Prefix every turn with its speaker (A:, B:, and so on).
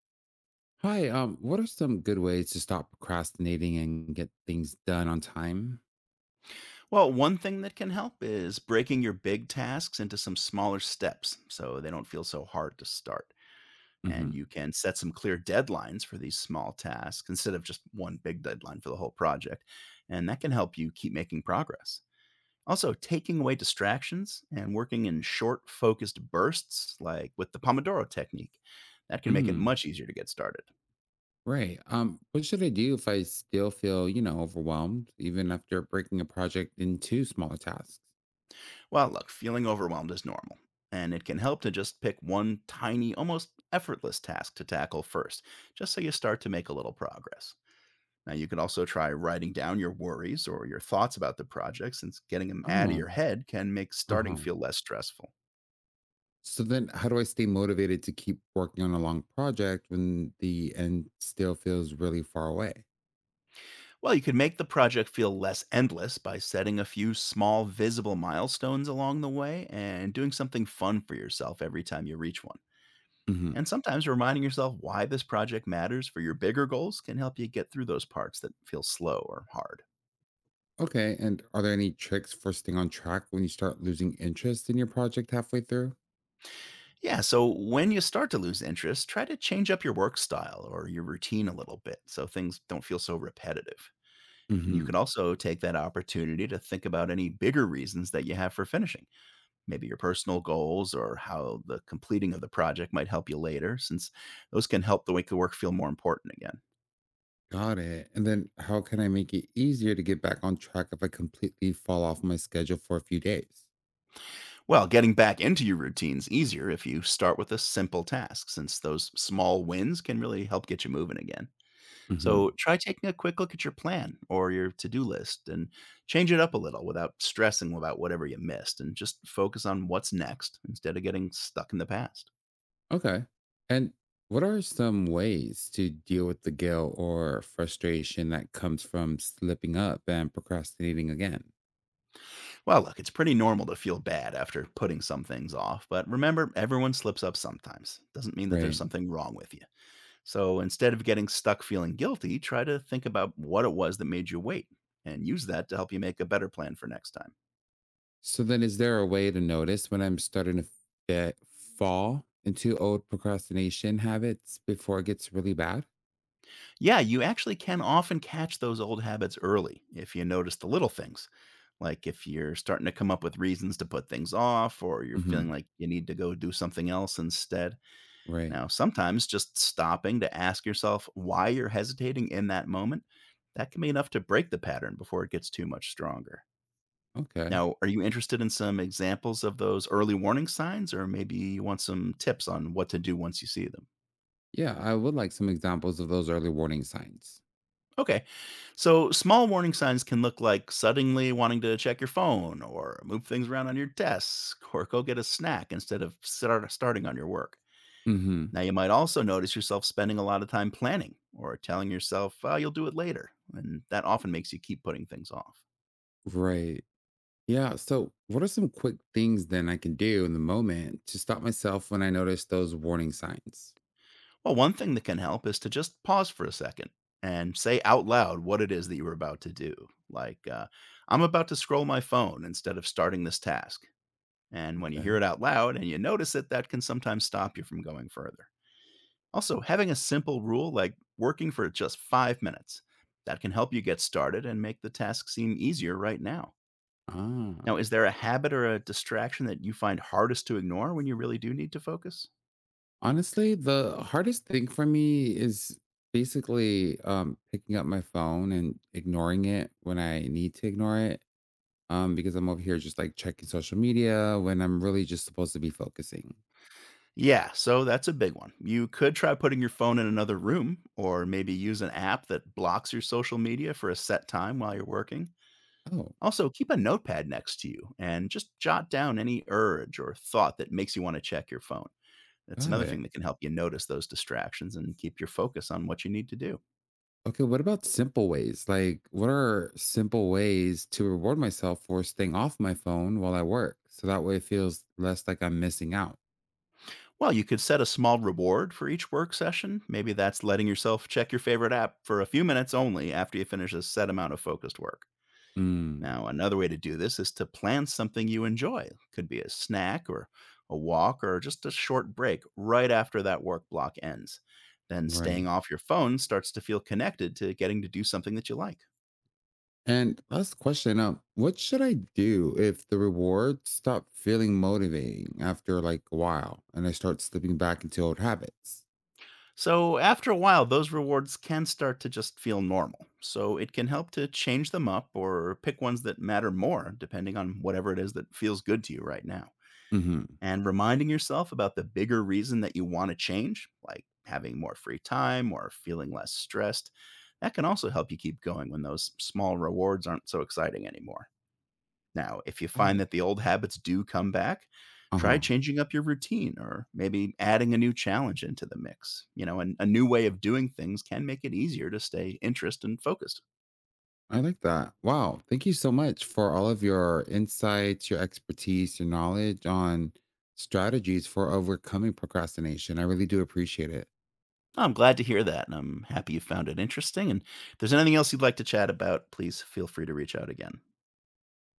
A: Hi, what are some good ways to stop procrastinating and get things done on time?
B: Well, one thing that can help is breaking your big tasks into some smaller steps so they don't feel so hard to start.
A: Hmm.
B: And you can set some clear deadlines for these small tasks instead of just one big deadline for the whole project. And that can help you keep making progress. Also, taking away distractions and working in short, focused bursts, like with the Pomodoro technique, that can make it
A: Mm,
B: much easier to get started.
A: right. What should I do if I still feel, overwhelmed, even after breaking a project into smaller tasks?
B: Well, look, feeling overwhelmed is normal, and it can help to just pick one tiny, almost effortless task to tackle first, just so you start to make a little progress. Now, you can also try writing down your worries or your thoughts about the project, since getting them out of your
A: Oh,
B: head can make starting
A: uh-huh.
B: feel less stressful.
A: So then how do I stay motivated to keep working on a long project when the end still feels really far away?
B: Well, you can make the project feel less endless by setting a few small, visible milestones along the way and doing something fun for yourself every time you reach one.
A: Hmm.
B: And sometimes reminding yourself why this project matters for your bigger goals can help you get through those parts that feel slow or hard.
A: Okay. And are there any tricks for staying on track when you start losing interest in your project halfway through?
B: Yeah, so when you start to lose interest, try to change up your work style or your routine a little bit so things don't feel so repetitive. And you can also take that opportunity to think about any bigger reasons that you have for finishing, maybe your personal goals or how the completing of the project might help you later, since those can help the make the work feel more important again.
A: Got it. And then how can I make it easier to get back on track if I completely fall off my schedule for a few days?
B: Well, getting back into your routine's easier if you start with a simple task, since those small wins can really help get you moving again. So
A: Hmm.
B: try taking a quick look at your plan or your to do list and change it up a little without stressing about whatever you missed and just focus on what's next instead of getting stuck in the past.
A: Okay. And what are some ways to deal with the guilt or frustration that comes from slipping up and procrastinating again?
B: Well, look, it's pretty normal to feel bad after putting some things off, but remember, everyone slips up sometimes. Doesn't mean that there's
A: Right.
B: something wrong with you. So instead of getting stuck feeling guilty, try to think about what it was that made you wait and use that to help you make a better plan for next time.
A: So then is there a way to notice when I'm starting to fit, fall into old procrastination habits before it gets really bad?
B: Yeah, you actually can often catch those old habits early if you notice the little things. Like if you're starting to come up with reasons to put things off, or you're feeling
A: Hmm.
B: like you need to go do something else instead.
A: Right.
B: Now, sometimes just stopping to ask yourself why you're hesitating in that moment, that can be enough to break the pattern before it gets too much stronger.
A: Okay.
B: Now, are you interested in some examples of those early warning signs, or maybe you want some tips on what to do once you see them?
A: Yeah, I would like some examples of those early warning signs.
B: Okay, so small warning signs can look like suddenly wanting to check your phone, or move things around on your desk, or go get a snack instead of starting on your work.
A: Hmm.
B: Now, you might also notice yourself spending a lot of time planning or telling yourself, oh, you'll do it later. And that often makes you keep putting things off.
A: Right. Yeah. So, what are some quick things then I can do in the moment to stop myself when I notice those warning signs?
B: Well, one thing that can help is to just pause for a second and say out loud what it is that you were about to do. Like, I'm about to scroll my phone instead of starting this task. And when you hear
A: Okay.
B: it out loud and you notice it, that can sometimes stop you from going further. Also, having a simple rule like working for just 5 minutes that can help you get started and make the task seem easier right now. Now,
A: Ah,
B: is there a habit or a distraction that you find hardest to ignore when you really do need to focus?
A: honestly, the hardest thing for me is basically picking up my phone and ignoring it when I need to ignore it. Because I'm over here just like checking social media when I'm really just supposed to be focusing.
B: Yeah, so that's a big one. You could try putting your phone in another room or maybe use an app that blocks your social media for a set time while you're working.
A: Oh,
B: Also, keep a notepad next to you and just jot down any urge or thought that makes you want to check your phone. That's
A: got
B: another
A: it.
B: thing that can help you notice those distractions and keep your focus on what you need to do.
A: Okay, what about simple ways? Like, what are simple ways to reward myself for staying off my phone while I work? So that way it feels less like I'm missing out.
B: Well, you could set a small reward for each work session. Maybe that's letting yourself check your favorite app for a few minutes only after you finish a set amount of focused work.
A: Mm,
B: Now, another way to do this is to plan something you enjoy. Could be a snack or a walk or just a short break right after that work block ends. Then staying
A: right.
B: off your phone starts to feel connected to getting to do something that you like.
A: And last question, what should I do if the rewards stop feeling motivating after like a while and I start slipping back into old habits?
B: So, after a while, those rewards can start to just feel normal. So, it can help to change them up or pick ones that matter more, depending on whatever it is that feels good to you right now.
A: Mm-hmm.
B: And reminding yourself about the bigger reason that you want to change, like having more free time or feeling less stressed, that can also help you keep going when those small rewards aren't so exciting anymore. Now, if you
A: Got
B: find
A: it.
B: that the old habits do come back, try
A: Uh-huh.
B: changing up your routine or maybe adding a new challenge into the mix. You know, and a new way of doing things can make it easier to stay interested and focused.
A: I like that. Wow. Thank you so much for all of your insights, your expertise, your knowledge on strategies for overcoming procrastination. I really do appreciate it.
B: I'm glad to hear that, and I'm happy you found it interesting. And if there's anything else you'd like to chat about, please feel free to reach out again.